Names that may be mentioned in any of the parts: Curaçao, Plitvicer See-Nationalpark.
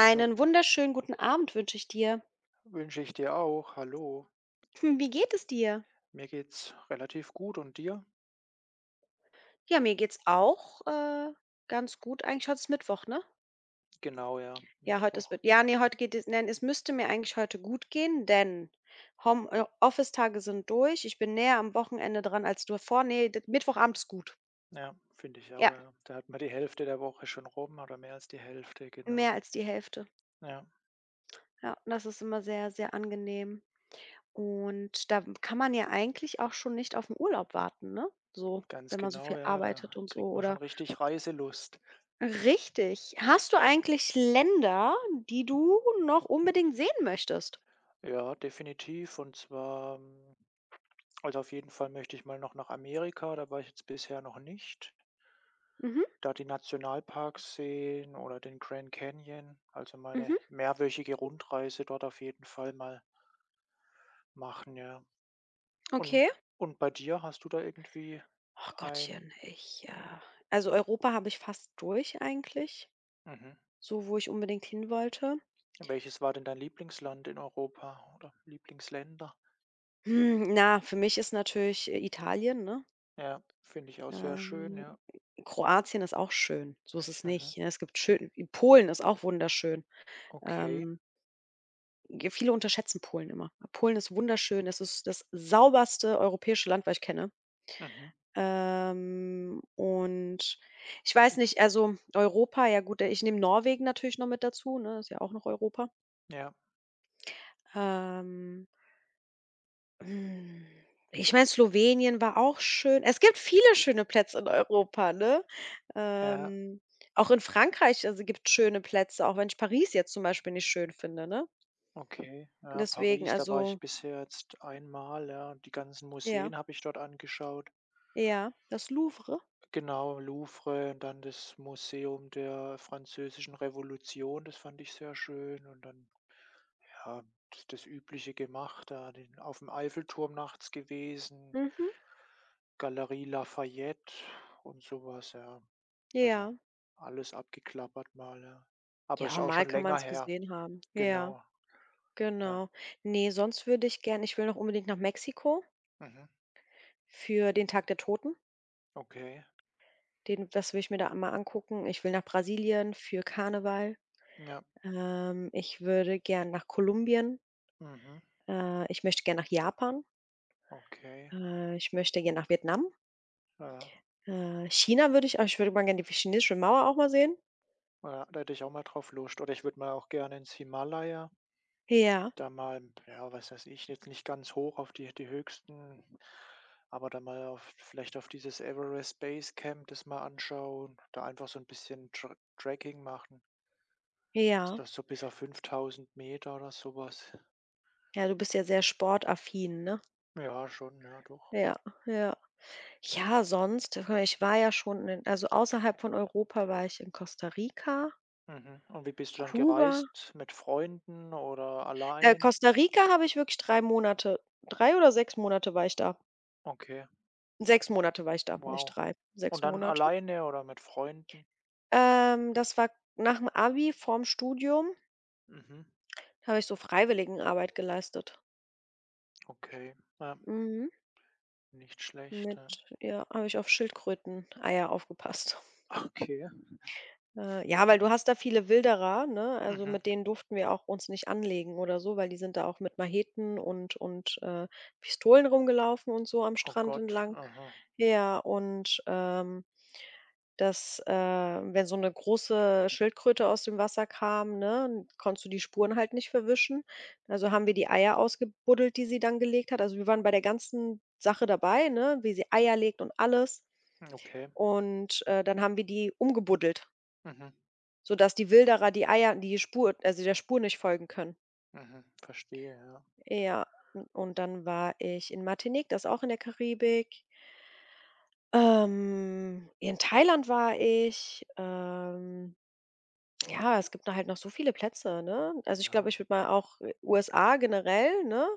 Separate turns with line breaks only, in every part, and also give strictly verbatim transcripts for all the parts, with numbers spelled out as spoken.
So,
wunderschönen guten Abend wünsche ich dir.
wünsche ich dir auch. Hallo.
Hm, wie geht es dir?
Mir geht's relativ gut und dir?
Ja, mir geht's auch, äh, ganz gut eigentlich. Heute ist Mittwoch, ne?
Genau, ja,
Ja, heute ist
Mittwoch.
Mitt ja, ne, heute geht es nein, Es müsste mir eigentlich heute gut gehen, denn Home äh, Office-Tage sind durch. Ich bin näher am Wochenende dran als davor. Ne, d Mittwochabend ist gut.
Ja, finde ich
Ja,
auch, ja. Da hat man die Hälfte der Woche schon rum oder mehr als die Hälfte,
mehr
genau.
als die Hälfte.
Ja,
Ja, das ist immer sehr, sehr angenehm. Und da kann man ja eigentlich auch schon nicht auf den Urlaub warten, ne? So,
ganz
wenn man so
genau,
viel
ja, da
arbeitet und so
kriegt man schon
oder.
richtig Reiselust.
Richtig. Hast du eigentlich Länder, die du noch unbedingt sehen möchtest?
Ja, definitiv. Und zwar, ähm, also auf jeden Fall möchte ich mal noch nach Amerika, da war ich jetzt bisher noch nicht.
Mhm,
Da die Nationalparks sehen oder den Grand Canyon, also mal eine
mhm,
mehrwöchige Rundreise dort auf jeden Fall mal machen, ja. Und
okay.
und bei dir, hast du da irgendwie
Ach
ein
Gottchen, ich, äh also, Europa habe ich fast durch eigentlich,
mhm.
so wo ich unbedingt hin wollte.
Welches war denn dein Lieblingsland in Europa oder Lieblingsländer?
Hm, na, für mich ist natürlich, äh, Italien, ne?
Ja, finde ich auch sehr schön,
Ähm,
ja.
Kroatien ist auch schön, so ist es
Mhm.
nicht, ne? Es gibt schön Polen ist auch wunderschön.
Okay.
Ähm, ge viele unterschätzen Polen immer. Polen ist wunderschön. Es ist das sauberste europäische Land, was ich kenne.
Mhm.
Ähm, und ich weiß nicht, also Europa, ja gut, äh, ich nehme Norwegen natürlich noch mit dazu, ne? Ist ja auch noch Europa.
Ja.
Ähm, hm, Ich meine, Slowenien war auch schön. Es gibt viele schöne Plätze in Europa, ne?
Ja,
Ähm, Auch in Frankreich, also gibt schöne Plätze, auch wenn ich Paris jetzt zum Beispiel nicht schön finde, ne?
okay. Ja,
Deswegen,
Paris, da war
also,
ich bisher jetzt einmal, ja, und die ganzen
ja,
Museen habe ich dort angeschaut.
ja, das Louvre.
Genau, Louvre und dann das Museum der Französischen Revolution, das fand ich sehr schön, und dann ja, das das Übliche gemacht, da den auf dem Eiffelturm nachts gewesen,
Mhm,
Galerie Lafayette und sowas, ja. Also,
ja.
alles abgeklappert mal, ja. Aber ist
Ja,
auch
mal
schon
kann man
länger
es
her,
gesehen haben. Ja.
genau, ja.
Genau. Ne, sonst würde ich gern ich will noch unbedingt nach Mexiko
Mhm,
für den Tag der Toten.
okay,
Den das will ich mir da mal angucken. Ich will nach Brasilien für Karneval.
ja,
Ähm, ich würde gern nach Kolumbien.
mhm,
Äh, ich möchte gern nach Japan.
okay,
Äh, ich möchte gern nach Vietnam.
ja.
Äh, China würde ich auch- ich würde mal gerne die chinesische Mauer auch mal sehen.
Ja, da hätte ich auch mal drauf Lust. Oder ich würde mal auch gerne ins Himalaya.
Ja,
Da mal, ja, was weiß ich, jetzt nicht ganz hoch auf die die höchsten, aber dann mal auf, vielleicht auf dieses Everest Base Camp das mal anschauen, da einfach so ein bisschen Tra Trekking machen. Ist
ja.
das so bis auf fünftausend Meter oder sowas?
Ja, du bist ja sehr sportaffin, ne?
Ja, schon, ja, doch.
Ja, ja. Ja, sonst, guck mal, ich war ja schon in also, außerhalb von Europa war ich in Costa Rica.
Mhm. Und wie bist du dann
Kuba,
gereist? Mit Freunden oder
äh,
allein?
Costa Rica habe ich wirklich drei Monate drei oder sechs Monate war ich da.
Okay,
Sechs Monate war ich da, nicht
wow.
drei.
Und
Sechs
dann
Monate.
alleine oder mit Freunden?
Ähm, das war Nach dem Abi vorm Studium,
Mhm,
habe ich so Freiwilligenarbeit geleistet.
okay. Ja,
Mhm.
nicht schlecht,
Mit
ja.
ja, habe ich auf Schildkröten Eier aufgepasst.
Okay.
Äh, ja, weil du hast da viele Wilderer, ne? Also,
Mhm.
mit denen durften wir auch uns nicht anlegen oder so, weil die sind da auch mit Macheten und und, äh, Pistolen rumgelaufen und so am
Oh
Strand
Gott,
entlang.
aha.
Ja, und, ähm, das, äh wenn so eine große Schildkröte aus dem Wasser kam, ne, konntest du die Spuren halt nicht verwischen. Also, haben wir die Eier ausgebuddelt, die sie dann gelegt hat. Also, wir waren bei der ganzen Sache dabei, ne, wie sie Eier legt und alles.
Okay.
Und, äh, dann haben wir die umgebuddelt,
Mhm.
sodass die Wilderer die Eier die Spur also der Spur nicht folgen können.
Mhm. Verstehe, ja.
Ja, u und dann war ich in Martinique, das ist auch in der Karibik. Ähm, in Thailand war ich. ähm Ja, es gibt da halt noch so viele Plätze, ne? Also, ich glaube,
Ja,
ich würde mal auch U S A generell, ne?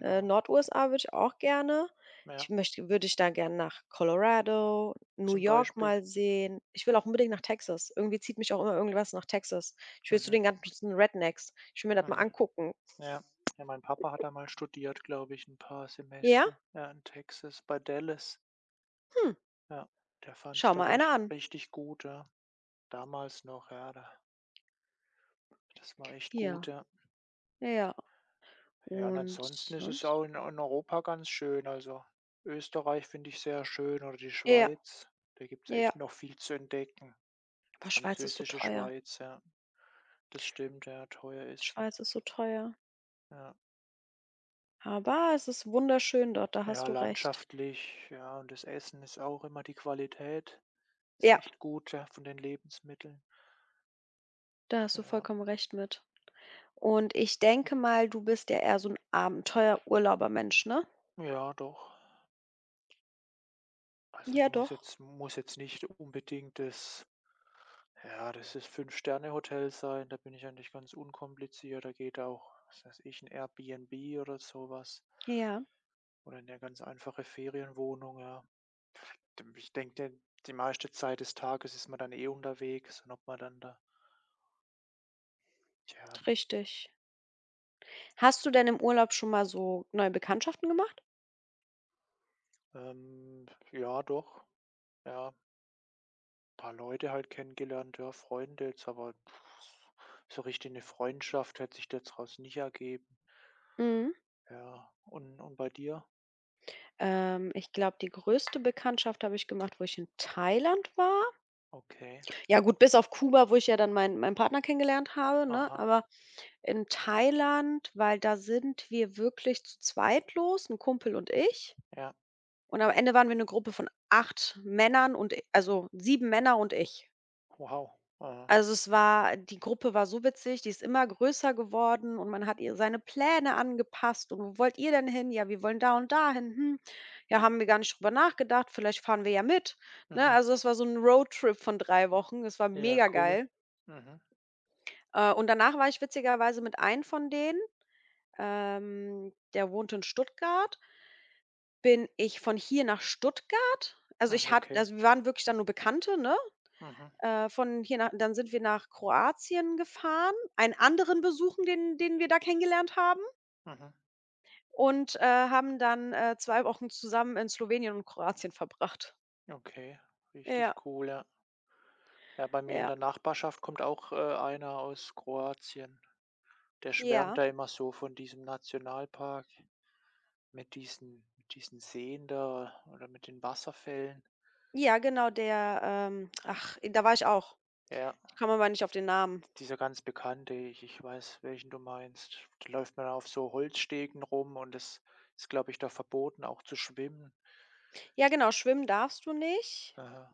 Äh, Nord-U S A würde ich auch gerne.
Ja,
Ich möchte Würde ich da gerne nach Colorado, New
zum
York
Beispiel.
mal sehen. Ich will auch unbedingt nach Texas. Irgendwie zieht mich auch immer irgendwas nach Texas. Ich will zu
Mhm.
den ganzen Rednecks. Ich will mir das mal
Mhm.
angucken.
Ja. Ja, mein Papa hat da mal studiert, glaube ich, ein paar
Ja?
Semester, ja, in Texas bei Dallas.
Hm,
Ja, der fand es
schau
da
mal einer
rich
an.
richtig gut, ja. Damals noch, ja, da das war echt gut,
Ja,
ja.
ja.
Ja, und
Und
ansonsten ist es
sonst?
auch in in Europa ganz schön. Also, Österreich finde ich sehr schön, oder die
Ja,
Schweiz. Da gibt es
ja.
echt noch viel zu entdecken.
Aber Schweiz ist so
Französische
teuer.
Schweiz, ja. Das stimmt, ja, teuer ist sie.
Schweiz ist so teuer.
Ja.
Aber es ist wunderschön dort, da
Ja,
hast du recht.
landschaftlich, ja, und das Essen ist auch immer die Qualität. Ist
Ja,
echt gut, ja, von den Lebensmitteln.
da hast du
Ja,
vollkommen recht mit. Und ich denke mal, du bist ja eher so 'n Abenteuer-Urlauber-Mensch, ne?
ja, doch. Also es
Ja,
muss
doch.
jetzt, muss jetzt nicht unbedingt das, ja, das ist Fünf-Sterne-Hotel sein. Da bin ich eigentlich ganz unkompliziert. Da geht auch, was weiß ich, ein Airbnb oder sowas.
Ja,
Oder eine ganz einfache Ferienwohnung, ja. Dem- Ich denke, die meiste Zeit des Tages ist man dann eh unterwegs, und ob man dann da, ja.
richtig. Hast du denn im Urlaub schon mal so neue Bekanntschaften gemacht?
Ähm, ja, doch. Ja, paar Leute halt kennengelernt, ja, Freunde jetzt, aber pff, so richtig 'ne Freundschaft hätte sich jetzt raus nicht ergeben.
Mhm.
Ja, und und bei dir?
Ähm, ich glaube, die größte Bekanntschaft habe ich gemacht, wo ich in Thailand war.
Okay.
Ja gut, bis auf Kuba, wo ich ja dann meinen meinen Partner kennengelernt habe, ne?
Aha,
Aber in Thailand, weil da sind wir wirklich zu zweit los, 'n Kumpel und ich.
ja.
Und am Ende waren wir 'ne Gruppe von acht Männern und e also sieben Männer und ich.
Wow. Aha.
Also, es war die Gruppe war so witzig, die ist immer größer geworden und man hat ihr seine Pläne angepasst: „Und wo wollt ihr denn hin?" „Ja, wir wollen da und dahin." „Hm, ja, haben wir gar nicht drüber nachgedacht. Vielleicht fahren wir ja mit." Ne,
Mhm.
also es war so 'n Roadtrip von drei Wochen. Das war
Ja, cool.
megageil.
Mhm.
Äh, und danach war ich witzigerweise mit einem von denen, ähm, der wohnt in Stuttgart, bin ich von hier nach Stuttgart. Also,
Hm,
ich hat
okay.
also, wir waren wirklich dann nur Bekannte, ne?
Mhm.
Äh, von hier nach Dann sind wir nach Kroatien gefahren, einen anderen besuchen, den den wir da kennengelernt haben
Mhm.
und, äh, haben dann, äh, zwei Wochen zusammen in Slowenien und Kroatien verbracht.
Okay, richtig
Ja,
cool, ja. Ja, bei mir in
ja,
der Nachbarschaft kommt auch, äh, einer aus Kroatien. Der schwärmt
ja.
da immer so von diesem Nationalpark. Mit diesen mit diesen Seen da oder mit den Wasserfällen.
Ja, genau, der, ähm ach, da war ich auch.
Ja,
Ich komme aber nicht auf den Namen.
dieser ganz bekannte, ich ich weiß, welchen du meinst. Da läuft man auf so Holzstegen rum und es ist, glaube ich, da verboten, auch zu schwimmen.
Ja, genau, schwimmen darfst du nicht.
Aha.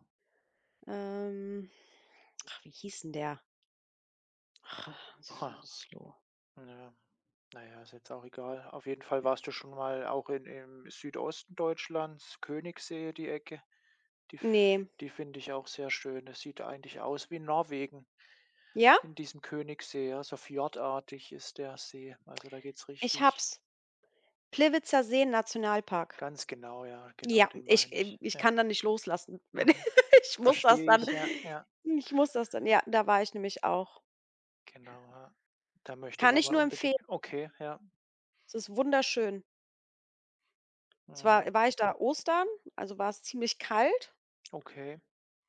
Ähm, Ach, wie hieß denn der?
Ha,
Slo
ja. Naja, ist jetzt auch egal. Auf jeden Fall, warst du schon mal auch in im Südosten Deutschlands, Königssee, die Ecke? Die f
Ne,
Die finde ich auch sehr schön. Es sieht eigentlich aus wie Norwegen
ja,
in diesem Königssee, ja, so fjordartig ist der See. Also, da geht's
ich
richtig
hab's. Plitvicer See-Nationalpark.
ganz genau, ja, genau,
Ja,
den
ich
meine
äh,
ich.
ich
Ja,
kann dann nicht loslassen. Wenn
mhm.
ich muss das
Verstehe
dann
ich, ja, ja,
ich muss das dann ja, da war ich nämlich auch.
genau, ja. Da möchte ich
Kann
auch
ich
mal
nur
unbedingt
empfehlen.
okay, ja,
Es ist wunderschön.
mhm,
Zwar war ich da Ostern, also war es ziemlich kalt,
okay.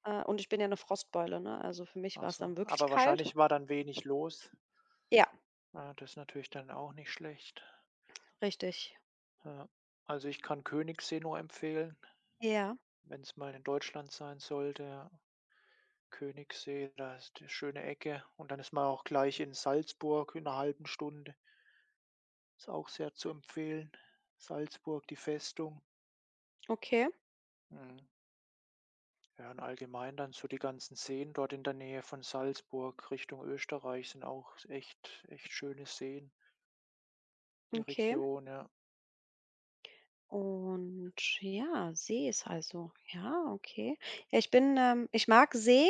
äh, und ich bin ja 'ne Frostbeule, ne? Also, für mich
Ach
war's
so.
dann wirklich
Aber
kalt.
wahrscheinlich war dann wenig los.
Ja,
Ah, das ist natürlich dann auch nicht schlecht.
richtig.
Ja. Also, ich kann Königssee nur empfehlen,
Ja,
wenn es mal in Deutschland sein sollte, ja. Königssee, da ist 'ne schöne Ecke, und dann ist man auch gleich in Salzburg in einer halben Stunde. Ist auch sehr zu empfehlen. Salzburg, die Festung.
okay,
Mhm. Ja, und allgemein dann so die ganzen Seen dort in der Nähe von Salzburg Richtung Österreich sind auch echt echt schöne Seen, die
okay.
Region, ja.
Und ja, See ist also, ja, okay. Ja, ich bin, ähm ich mag See,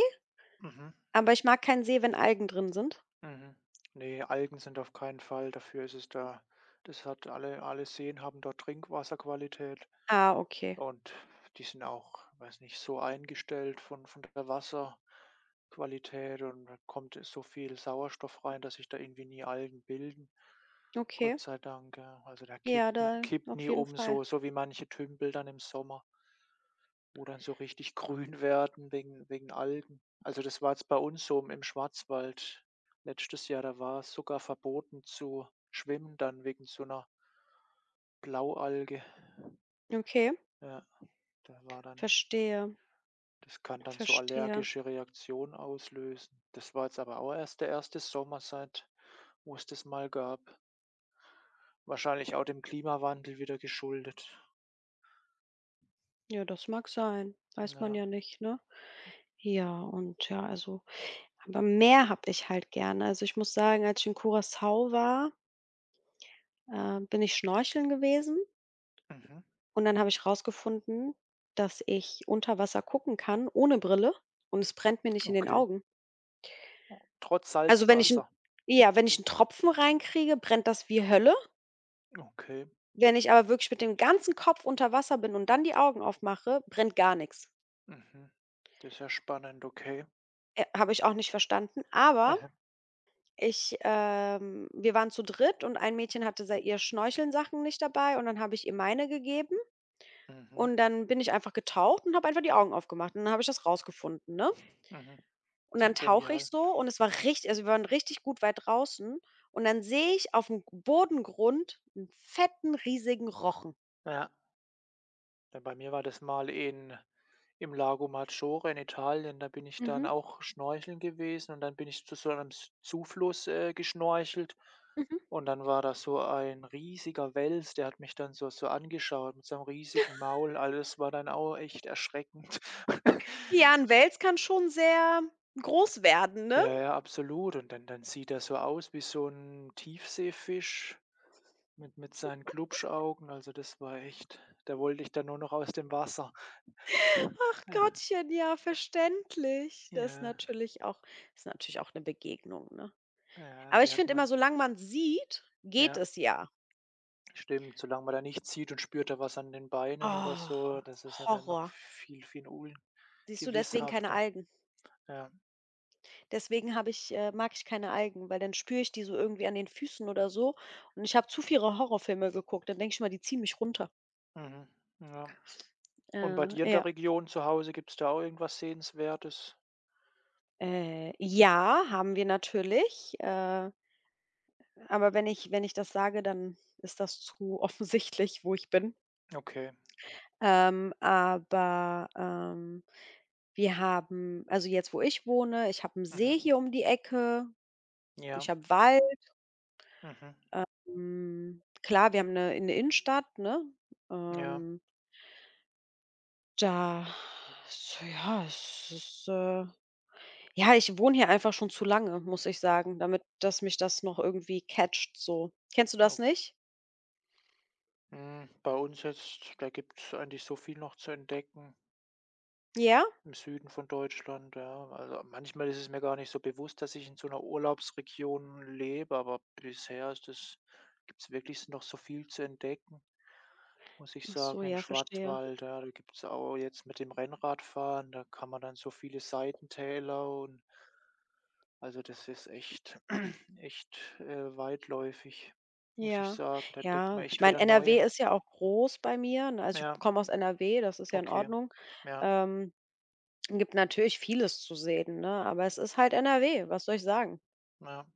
Mhm,
aber ich mag keinen See, wenn Algen drin sind.
mhm. Ne, Algen sind auf keinen Fall, dafür ist es da das hat alle alle Seen haben dort Trinkwasserqualität.
Ah, okay,
Und die sind auch, weiß nicht, so eingestellt von von der Wasserqualität, und da kommt so viel Sauerstoff rein, dass sich da irgendwie nie Algen bilden.
okay.
Gott sei Dank, ja. Also, da kippt
Ja, da
kippt
auf
nie
jeden
um,
Fall.
so so wie manche Tümpel dann im Sommer, wo dann so richtig grün werden wegen wegen Algen. Also, das war jetzt bei uns so im im Schwarzwald letztes Jahr, da war es sogar verboten zu schwimmen dann wegen so einer Blaualge.
Okay,
Ja, da war dann
verstehe,
das kann dann so
verstehe.
allergische Reaktionen auslösen. Das war jetzt aber auch erst der erste Sommer seit wo es das mal gab. Wahrscheinlich auch dem Klimawandel wieder geschuldet.
Ja, das mag sein. Weiß man
Ja.
ja nicht, ne? Ja, und ja, also, aber mehr habe ich halt gerne. Also, ich muss sagen, als ich in Curaçao war, äh, bin ich schnorcheln gewesen
Mhm.
und dann habe ich rausgefunden, dass ich unter Wasser gucken kann ohne Brille und es brennt mir nicht in den
Okay.
Augen.
O trotz
Also, wenn ich 'n
Salzwasser.
ja, wenn ich einen Tropfen reinkriege, brennt das wie Hölle.
Okay.
Wenn ich aber wirklich mit dem ganzen Kopf unter Wasser bin und dann die Augen aufmache, brennt gar nichts.
Mhm. Das ist ja spannend, okay.
Äh, habe ich auch nicht verstanden, aber
Mhm.
ich ähm, wir waren zu dritt und ein Mädchen hatte sei ihr Schnorchelsachen nicht dabei und dann habe ich ihr meine gegeben
Mhm.
und dann bin ich einfach getaucht und habe einfach die Augen aufgemacht und dann habe ich das rausgefunden, ne?
Mhm.
Und
Ja,
dann tauche ich
genial.
so und es war richtig also, wir waren richtig gut weit draußen und dann sehe ich auf dem Bodengrund einen fetten, riesigen Rochen.
Ja, ja, bei mir war das mal in im Lago Maggiore in Italien, da bin ich dann
Mhm,
auch schnorcheln gewesen, und dann bin ich zu so einem S Zufluss, äh, geschnorchelt,
mhm.
und dann war da so ein riesiger Wels, der hat mich dann so so angeschaut mit seinem riesigen Maul. Alles war dann auch echt erschreckend.
Ja, 'n Wels kann schon sehr groß werden, ne?
Ja, ja, absolut. Und dann dann sieht er so aus wie so ein Tiefseefisch mit mit seinen Glubschaugen. Also, das war echt da wollte ich dann nur noch aus dem Wasser.
Ach Gottchen, ja, verständlich. Das ist
Ja,
natürlich auch ist natürlich auch 'ne Begegnung, ne?
ja,
Aber
die
ich
hat
finde immer,
man
solange man's sieht, geht
ja.
es ja.
Stimmt, solange man da nichts sieht und spürt da was an den Beinen oder
Oh,
so, das ist ja dann noch
Horror.
viel, viel
Siehst du, deswegen keine
ungewisshafter.
Algen.
Ja,
Deswegen habe ich äh, mag ich keine Algen, weil dann spüre ich die so irgendwie an den Füßen oder so und ich habe zu viele Horrorfilme geguckt. Dann denke ich immer, die ziehen mich runter.
mhm, ja. Und bei
Äh,
dir in
ja.
der Region zu Hause, gibt's da auch irgendwas Sehenswertes?
Äh, ja, haben wir natürlich. Äh Aber wenn ich wenn ich das sage, dann ist das zu offensichtlich, wo ich
Hm,
bin.
okay,
Ähm, aber, ähm, wir haben also jetzt, wo ich wohne, ich habe einen See
mhm.
hier um die Ecke,
Ja,
ich habe Wald.
mhm,
Hm, klar, wir haben 'ne 'ne Innenstadt, ne?
ja.
Ähm, da So, ja, es ist, äh ja, ich wohne hier einfach schon zu lange, muss ich sagen, damit dass mich das noch irgendwie catcht so. Kennst du das
O
nicht?
hm, bei uns jetzt, da gibt's eigentlich so viel noch zu entdecken.
Ja?
Im Süden von Deutschland, ja. Also, manchmal ist es mir gar nicht so bewusst, dass ich in so einer Urlaubsregion lebe, aber bisher ist das gibt's wirklich noch so viel zu entdecken, muss ich
Ach so,
sagen, im
ja, verstehe.
Schwarzwald. Ja, da gibt's auch jetzt mit dem Rennradfahren, da kann man dann so viele Seitentäler und also, das ist echt echt, äh, weitläufig, muss ich
Ja,
sagen. Da entdeckt
ja.
man
Ich
echt
meine,
wieder
N R W
neue
ist ja auch groß bei mir, ne? Also, ich
ja,
komme aus N R W, das ist ja in
okay.
Ordnung.
Ja,
Ähm, Gibt natürlich vieles zu sehen, ne, aber es ist halt N R W, was soll ich sagen?
ja,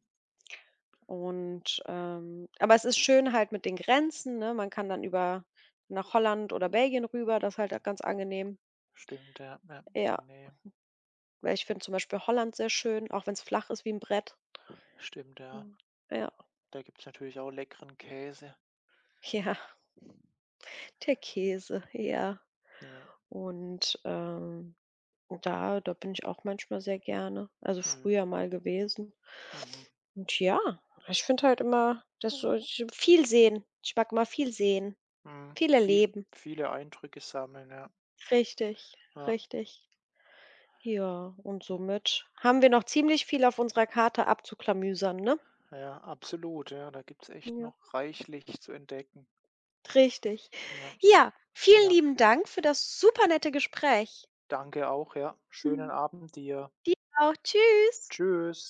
Und, ähm aber es ist schön halt mit den Grenzen, ne? Man kann dann über nach Holland oder Belgien rüber, das ist halt ganz angenehm.
stimmt, ja, ja,
Ja,
die Nähe.
weil ich finde zum Beispiel Holland sehr schön, auch wenn es flach ist wie ein Brett.
Stimmt,
Ja,
ja.
ja,
Da gibt's natürlich auch leckeren Käse.
ja, der Käse, ja.
Ja.
Und, ähm, da da bin ich auch manchmal sehr gerne, also
Mhm.
früher mal gewesen.
Mhm.
Und ja, ich finde halt immer, dass so ich viel sehen. Ich mag immer viel sehen,
Mhm.
viel
Viel
erleben.
viele Eindrücke sammeln, ja.
Richtig,
Ja,
richtig. Ja, und somit haben wir noch ziemlich viel auf unserer Karte abzuklamüsern, ne?
ja, absolut, ja. Da gibt's echt
Ja,
noch reichlich zu entdecken.
richtig.
Ja,
Ja, vielen
ja.
lieben Dank für das supernette Gespräch.
Danke auch, ja. Schönen Abend dir.
Dir auch. Tschüss.
Tschüss.